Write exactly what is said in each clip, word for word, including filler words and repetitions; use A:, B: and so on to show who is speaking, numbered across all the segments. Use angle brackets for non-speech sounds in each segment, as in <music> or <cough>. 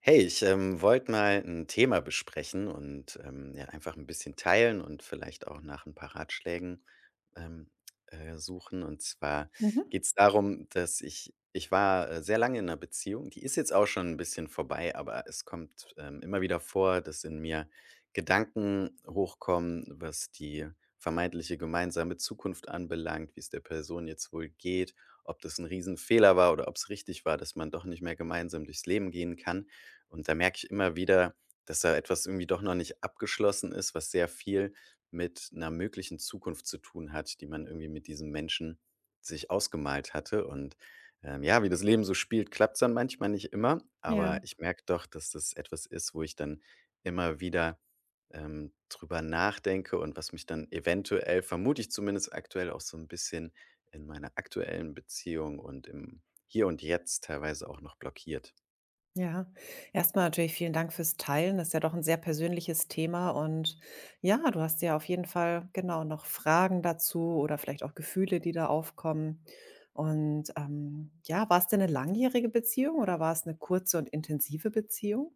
A: Hey, ich ähm, wollte mal ein Thema besprechen und, ähm, ja, einfach ein bisschen teilen und vielleicht auch nach ein paar Ratschlägen ähm, äh, suchen. Und zwar
B: Mhm.
A: geht es darum, dass ich ich war, äh, sehr lange in einer Beziehung. Die ist jetzt auch schon ein bisschen vorbei, aber es kommt, ähm, immer wieder vor, dass in mir Gedanken hochkommen, was die vermeintliche gemeinsame Zukunft anbelangt, wie es der Person jetzt wohl geht, ob das ein Riesenfehler war oder ob es richtig war, dass man doch nicht mehr gemeinsam durchs Leben gehen kann. Und da merke ich immer wieder, dass da etwas irgendwie doch noch nicht abgeschlossen ist, was sehr viel mit einer möglichen Zukunft zu tun hat, die man irgendwie mit diesem Menschen sich ausgemalt hatte. Und, ähm, ja, wie das Leben so spielt, klappt's dann manchmal nicht immer, aber
B: Ja,
A: ich merke doch, dass das etwas ist, wo ich dann immer wieder ähm, drüber nachdenke und was mich dann eventuell, vermute ich zumindest aktuell, auch so ein bisschen in meiner aktuellen Beziehung und im Hier und Jetzt teilweise auch noch blockiert.
B: ja. Erstmal natürlich vielen Dank fürs Teilen. Das ist ja doch ein sehr persönliches Thema und ja, du hast ja auf jeden Fall, genau, noch Fragen dazu oder vielleicht auch Gefühle, die da aufkommen. Und, ähm, ja, war es denn eine langjährige Beziehung oder war es eine kurze und intensive Beziehung?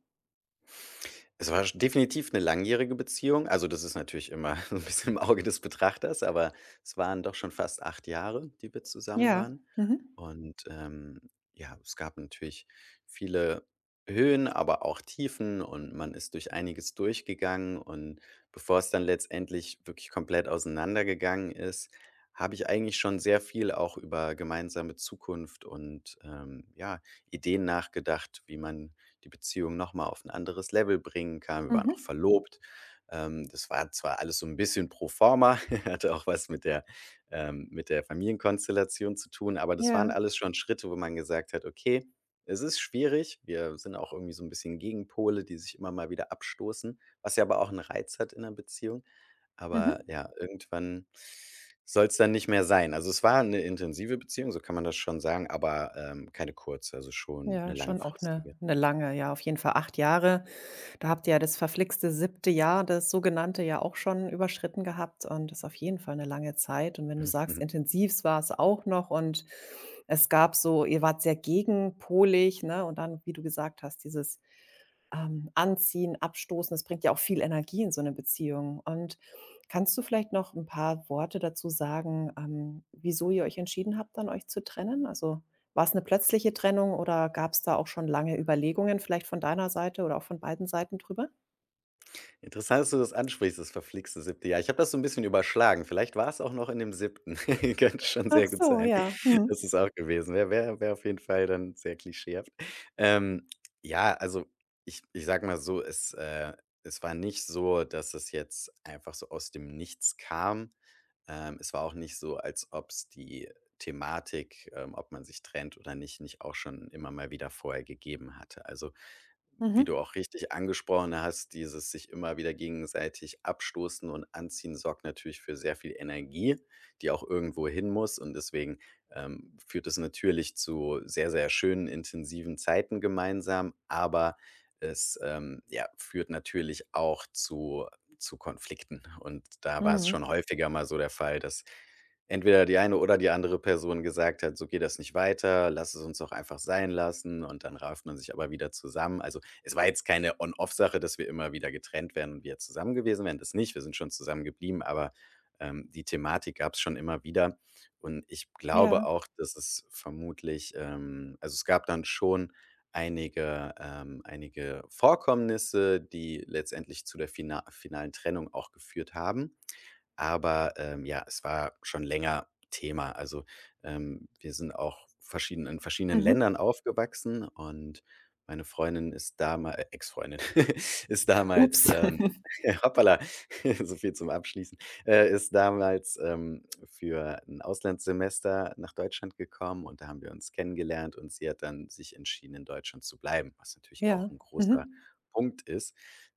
A: Es war sch definitiv eine langjährige Beziehung. Also, das ist natürlich immer <laughs> so ein bisschen im Auge des Betrachters, aber es waren doch schon fast acht Jahre, die wir zusammen
B: Ja.
A: waren.
B: Mhm.
A: Und, ähm, ja, es gab natürlich viele Höhen, aber auch Tiefen, und man ist durch einiges durchgegangen. Und bevor es dann letztendlich wirklich komplett auseinandergegangen ist, habe ich eigentlich schon sehr viel auch über gemeinsame Zukunft und, ähm, ja, Ideen nachgedacht, wie man die Beziehung noch mal auf ein anderes Level bringen kann. Wir waren auch
B: Mhm.
A: verlobt. Ähm, das war zwar alles so ein bisschen pro forma, <laughs> hatte auch was mit der ähm, mit der Familienkonstellation zu tun, aber das waren
B: Ja.
A: alles schon Schritte, wo man gesagt hat: „Okay, es ist schwierig.“ Wir sind auch irgendwie so ein bisschen Gegenpole, die sich immer mal wieder abstoßen, was ja aber auch 'n Reiz hat in 'ner Beziehung. Aber
B: Mhm.
A: ja, irgendwann soll es dann nicht mehr sein. Also, es war eine intensive Beziehung, so kann man das schon sagen, aber, ähm, keine kurze, also schon eine
B: Ja, schon auch eine
A: langfristige.
B: 'ne lange, ja, auf jeden Fall acht Jahre. Da habt ihr ja das verflixte siebte Jahr, das sogenannte, ja auch schon überschritten gehabt und das ist auf jeden Fall 'ne lange Zeit. Und wenn du
A: Mhm.
B: sagst, intensiv war's auch noch und es gab so ihr wart sehr gegenpolig, ne? Und dann, wie du gesagt hast, dieses, ähm, Anziehen, Abstoßen, das bringt ja auch viel Energie in so 'ne Beziehung. Und kannst du vielleicht noch 'n paar Worte dazu sagen, ähm, wieso ihr euch entschieden habt, dann euch zu trennen? Also, war's 'ne plötzliche Trennung oder gab's da auch schon lange Überlegungen vielleicht von deiner Seite oder auch von beiden Seiten drüber?
A: Interessant, dass du das ansprichst, das verflixte siebte Jahr. Ich habe das so ein bisschen überschlagen. Vielleicht war es auch noch in dem siebten. <laughs> Könnte schon
B: Ach
A: sehr gut
B: so,
A: sein.
B: ja. Mhm.
A: Das ist auch gewesen wäre. Wäre wäre auf jeden Fall dann sehr klischeehaft. Ähm, ja, also, ich ich sage mal so, es, äh es war nicht so, dass es jetzt einfach so aus dem Nichts kam. Ähm, es war auch nicht so, als ob es die Thematik, ähm, ob man sich trennt oder nicht, nicht auch schon immer mal wieder vorher gegeben hatte. Also, wie du
B: Mhm.
A: auch richtig angesprochen hast, dieses sich immer wieder gegenseitig abstoßen und anziehen sorgt natürlich für sehr viel Energie, die auch irgendwo hin muss. Und deswegen ähm, führt es natürlich zu sehr, sehr schönen, intensiven Zeiten gemeinsam. Aber es ähm, ja, führt natürlich auch zu zu Konflikten. Und da war es
B: Mhm.
A: schon häufiger mal so der Fall, dass entweder die eine oder die andere Person gesagt hat, so geht das nicht weiter, lass es uns doch einfach sein lassen, und dann rauft man sich aber wieder zusammen. Also es war jetzt keine On-Off-Sache, dass wir immer wieder getrennt wären und wir zusammen gewesen wären. Das nicht, wir sind schon zusammen geblieben, aber ähm, die Thematik gab es schon immer wieder. Und ich glaube
B: Ja.
A: auch, dass es vermutlich, ähm, also es gab dann schon einige, ähm, einige Vorkommnisse, die letztendlich zu der fina finalen Trennung auch geführt haben. Aber, ähm, ja, es war schon länger Thema. Also, ähm, wir sind auch verschieden in verschiedenen
B: Mhm.
A: Ländern aufgewachsen, und meine Freundin ist damals äh, Ex-Freundin <laughs> ist damals,
B: Ups. <laughs>
A: ähm <laughs> hoppala, <laughs> so viel zum Abschließen, äh, ist damals, ähm, für ein Auslandssemester nach Deutschland gekommen, und da haben wir uns kennengelernt, und sie hat dann sich entschieden, in Deutschland zu bleiben, was natürlich auch
B: Ja.
A: ein großer
B: Mhm.
A: Punkt ist,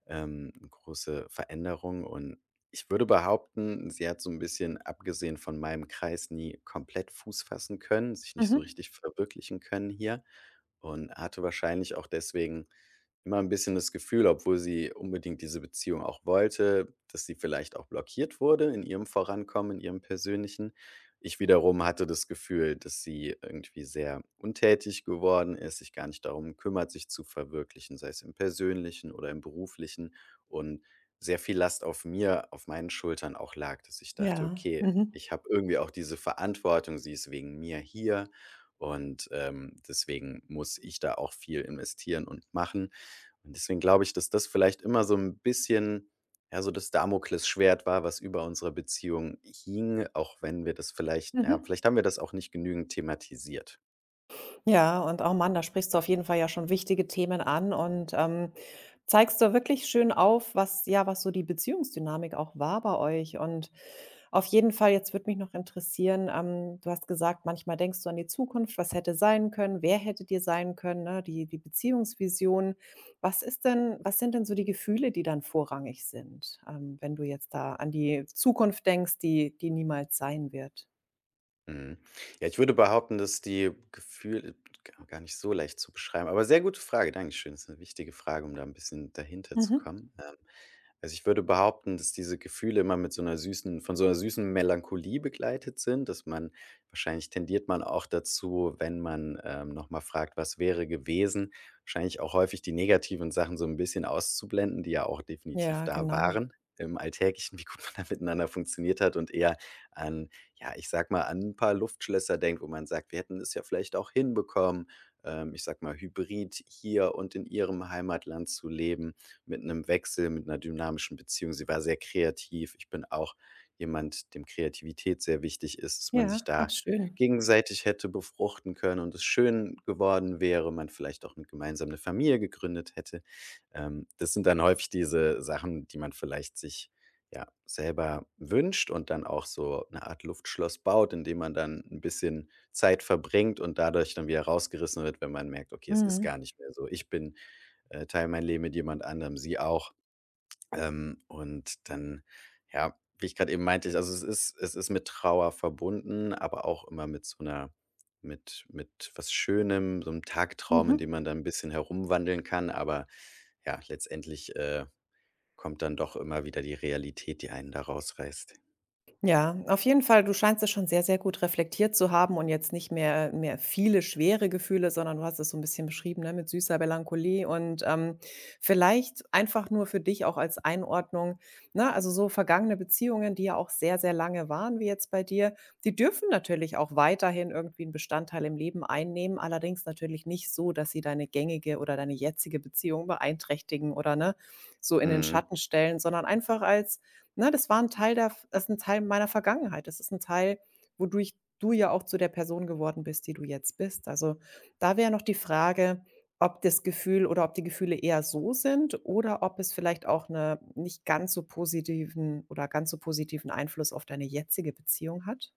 A: ähm, 'ne große Veränderung. Und ich würde behaupten, sie hat so ein bisschen, abgesehen von meinem Kreis, nie komplett Fuß fassen können, sich nicht so
B: Mhm.
A: richtig verwirklichen können hier und hatte wahrscheinlich auch deswegen immer ein bisschen das Gefühl, obwohl sie unbedingt diese Beziehung auch wollte, dass sie vielleicht auch blockiert wurde in ihrem Vorankommen, in ihrem Persönlichen. Ich wiederum hatte das Gefühl, dass sie irgendwie sehr untätig geworden ist, sich gar nicht darum kümmert, sich zu verwirklichen, sei es im Persönlichen oder im Beruflichen, und sehr viel Last auf mir auf meinen Schultern auch lag, dass ich dachte:
B: Ja.
A: „Okay,
B: Mhm.
A: ich habe irgendwie auch diese Verantwortung, sie ist wegen mir hier, und, ähm, deswegen muss ich da auch viel investieren und machen.“ Und deswegen glaube ich, dass das vielleicht immer so ein bisschen, ja, so das Damoklesschwert war, was über unserer Beziehung hing, auch wenn wir das vielleicht ja,
B: Mhm.
A: vielleicht haben wir das auch nicht genügend thematisiert.
B: Ja, und oh Mann, da sprichst du auf jeden Fall ja schon wichtige Themen an und, ähm, zeigst du wirklich schön auf, was ja, was so die Beziehungsdynamik auch war bei euch und auf jeden Fall, jetzt würde mich noch interessieren, ähm, du hast gesagt, manchmal denkst du an die Zukunft, was hätte sein können, wer hätte dir sein können, ne, die die Beziehungsvision. Was ist denn was sind denn so die Gefühle, die dann vorrangig sind, ähm, wenn du jetzt da an die Zukunft denkst, die die niemals sein wird?
A: Mhm. Ja, ich würde behaupten, dass die Gefühle ga gar nicht so leicht zu beschreiben, aber sehr gute Frage. Dankeschön. Das ist eine wichtige Frage, um da ein bisschen dahinter zu
B: Mhm.
A: kommen. Ähm also, ich würde behaupten, dass diese Gefühle immer mit so einer süßen von so einer süßen Melancholie begleitet sind, dass man wahrscheinlich tendiert man auch dazu, wenn man, ähm, noch mal fragt: „Was wäre gewesen?“ Wahrscheinlich auch häufig die negativen Sachen so ein bisschen auszublenden, die ja auch definitiv
B: Ja,
A: da
B: genau.
A: waren im Alltäglichen, <laughs> wie gut man da miteinander funktioniert hat, und eher an ja, ich sag mal, an ein paar Luftschlösser denkt, wo man sagt: „Wir hätten es ja vielleicht auch hinbekommen“, ähm, ich sag mal, hybrid hier und in ihrem Heimatland zu leben, mit einem Wechsel, mit einer dynamischen Beziehung. Sie war sehr kreativ. Ich bin auch jemand, dem Kreativität sehr wichtig ist, dass man sich
B: Ja, ach
A: da
B: schön.
A: gegenseitig hätte befruchten können und es schön geworden wäre, man vielleicht auch eine gemeinsame Familie gegründet hätte. Ähm, das sind dann häufig diese Sachen, die man vielleicht sich, ja, selber wünscht und dann auch so eine Art Luftschloss baut, indem man dann ein bisschen Zeit verbringt und dadurch dann wieder rausgerissen wird, wenn man merkt: „Okay, es ist gar
B: Mhm.
A: nicht mehr so. Ich bin äh, teile mein Leben mit jemand anderem, sie auch. Ähm, und dann, ja, wie ich gerade eben meinte, ich also, es ist es ist mit Trauer verbunden, aber auch immer mit so einer mit mit was Schönem, so einem Tagtraum, in
B: Mhm.
A: dem man dann ein bisschen herumwandeln kann. Aber ja, letztendlich, äh, kommt dann doch immer wieder die Realität, die einen da rausreißt.
B: Ja, auf jeden Fall. Du scheinst es schon sehr, sehr gut reflektiert zu haben und jetzt nicht mehr mehr viele schwere Gefühle, sondern du hast es so ein bisschen beschrieben, ne, mit süßer Melancholie und, ähm, vielleicht einfach nur für dich auch als Einordnung, ne, also, so vergangene Beziehungen, die ja auch sehr, sehr lange waren wie jetzt bei dir, die dürfen natürlich auch weiterhin irgendwie einen Bestandteil im Leben einnehmen, allerdings natürlich nicht so, dass sie deine gängige oder deine jetzige Beziehung beeinträchtigen oder, ne, so in den
A: Mhm.
B: Schatten stellen, sondern einfach als. Ne, das war ein Teil der das ist ein Teil meiner Vergangenheit. Das ist ein Teil, wodurch du ja auch zu der Person geworden bist, die du jetzt bist. Also, da wäre noch die Frage, ob das Gefühl oder ob die Gefühle eher so sind oder ob es vielleicht auch eine nicht ganz so positiven oder ganz so positiven Einfluss auf deine jetzige Beziehung hat?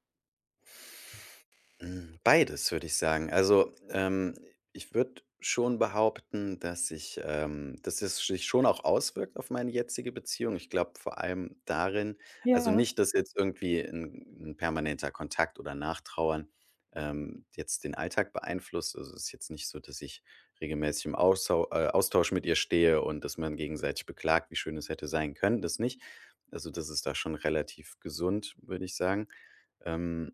A: Hm, beides, würde ich sagen. Also, ähm, ich würde schon behaupten, dass ich ähm, dass es sich schon auch auswirkt auf meine jetzige Beziehung. Ich glaube vor allem darin, also
B: Ja,
A: nicht, dass jetzt irgendwie ein 'n permanenter Kontakt oder Nachtrauern, ähm, jetzt den Alltag beeinflusst. Also, es ist jetzt nicht so, dass ich regelmäßig im Austau äh, Austausch mit ihr stehe und dass man gegenseitig beklagt, wie schön es hätte sein können, das nicht. Also, das ist da schon relativ gesund, würde ich sagen. Ähm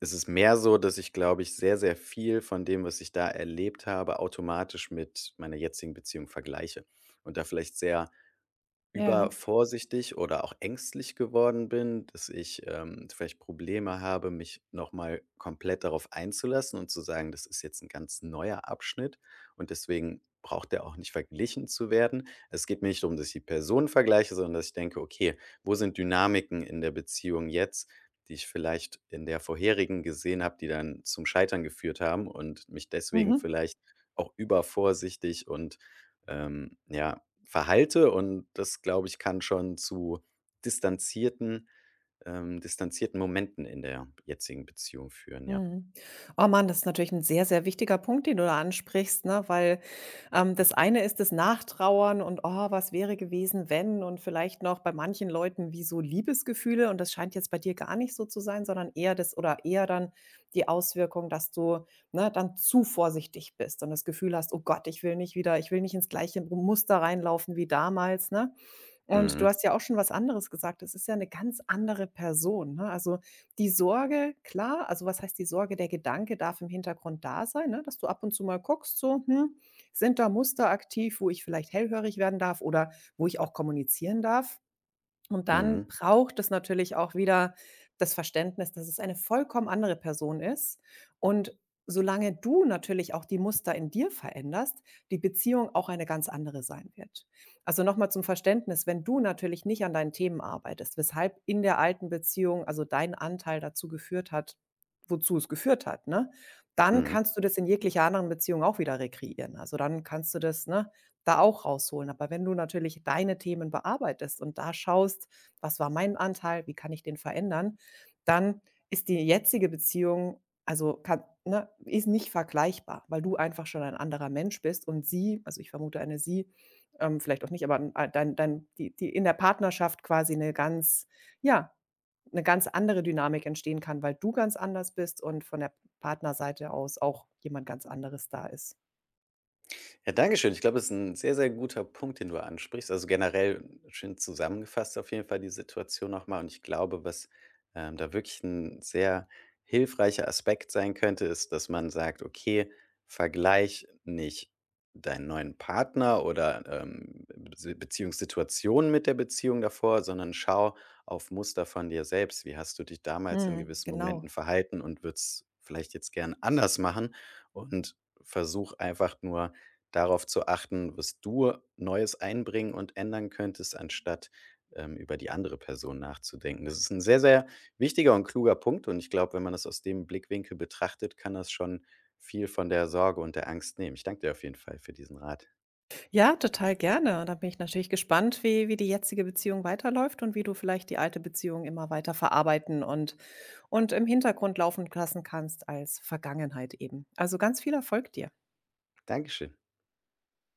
A: Es ist mehr so, dass ich, glaube ich, sehr, sehr viel von dem, was ich da erlebt habe, automatisch mit meiner jetzigen Beziehung vergleiche und da vielleicht sehr
B: ja.
A: übervorsichtig oder auch ängstlich geworden bin, dass ich, ähm, vielleicht Probleme habe, mich nochmal komplett darauf einzulassen und zu sagen: „Das ist jetzt ein ganz neuer Abschnitt, und deswegen braucht der auch nicht verglichen zu werden.“ Es geht mir nicht darum, dass ich die Person vergleiche, sondern dass ich denke: „Okay, wo sind Dynamiken in der Beziehung jetzt, die ich vielleicht in der vorherigen gesehen habe, die dann zum Scheitern geführt haben und mich deswegen
B: Mhm.
A: vielleicht auch übervorsichtig und, ähm, ja, verhalte, und das, glaube ich, kann schon zu distanzierten ähm, distanzierten Momenten in der jetzigen Beziehung führen, ja.
B: Mhm. Oh Mann, das ist natürlich ein sehr, sehr wichtiger Punkt, den du da ansprichst, ne? Weil, ähm, das eine ist das Nachtrauern und: „Oh, was wäre gewesen, wenn?" und vielleicht noch bei manchen Leuten wie so Liebesgefühle und das scheint jetzt bei dir gar nicht so zu sein, sondern eher das oder eher dann die Auswirkung, dass du, ne, dann zu vorsichtig bist und das Gefühl hast: „Oh Gott, ich will nicht wieder ich will nicht ins gleiche Muster reinlaufen wie damals", ne? Und du
A: Mhm.
B: hast ja auch schon was anderes gesagt. Es ist ja eine ganz andere Person, ne? Also, die Sorge, klar also, was heißt die Sorge? Der Gedanke darf im Hintergrund da sein, ne, dass du ab und zu mal guckst so: „Hm, sind da Muster aktiv, wo ich vielleicht hellhörig werden darf oder wo ich auch kommunizieren darf?" Und dann
A: Mhm.
B: braucht es natürlich auch wieder das Verständnis, dass es eine vollkommen andere Person ist. Und solange du natürlich auch die Muster in dir veränderst, die Beziehung auch eine ganz andere sein wird. Also nochmal zum Verständnis, wenn du natürlich nicht an deinen Themen arbeitest, weshalb in der alten Beziehung also dein Anteil dazu geführt hat, wozu es geführt hat, ne? Dann
A: Mhm.
B: kannst du das in jeglicher anderen Beziehung auch wieder rekreieren. Also dann kannst du das, ne, da auch rausholen. Aber wenn du natürlich deine Themen bearbeitest und da schaust: „Was war mein Anteil? Wie kann ich den verändern?", dann ist die jetzige Beziehung also, kann ne, ist nicht vergleichbar, weil du einfach schon ein anderer Mensch bist und sie also, ich vermute eine sie, ähm, vielleicht auch nicht, aber 'n ein dein dein die die in der Partnerschaft quasi eine ganz ja, eine ganz andere Dynamik entstehen kann, weil du ganz anders bist und von der Partnerseite aus auch jemand ganz anderes da ist.
A: Ja, dankeschön. Ich glaube, das ist ein sehr, sehr guter Punkt, den du ansprichst. Also, generell schön zusammengefasst auf jeden Fall die Situation nochmal. Und ich glaube, was, ähm, da wirklich ein sehr hilfreicher Aspekt sein könnte, ist, dass man sagt: „Okay, vergleich nicht deinen neuen Partner oder, ähm, Bes Beziehungssituationen mit der Beziehung davor, sondern schau auf Muster von dir selbst. Wie hast du dich damals in
B: Mhm,
A: gewissen Momenten
B: genau.
A: verhalten und würdest vielleicht jetzt gern anders machen?“ Und versuch einfach nur darauf zu achten, was du Neues einbringen und ändern könntest, anstatt, ähm, über die andere Person nachzudenken. Das ist ein sehr, sehr wichtiger und kluger Punkt, und ich glaube, wenn man das aus dem Blickwinkel betrachtet, kann das schon viel von der Sorge und der Angst nehmen. Ich danke dir auf jeden Fall für diesen Rat.
B: Ja, total gerne. Da bin ich natürlich gespannt, wie wie die jetzige Beziehung weiterläuft und wie du vielleicht die alte Beziehung immer weiter verarbeiten und und im Hintergrund laufen lassen kannst als Vergangenheit eben. Also, ganz viel Erfolg dir.
A: Dankeschön.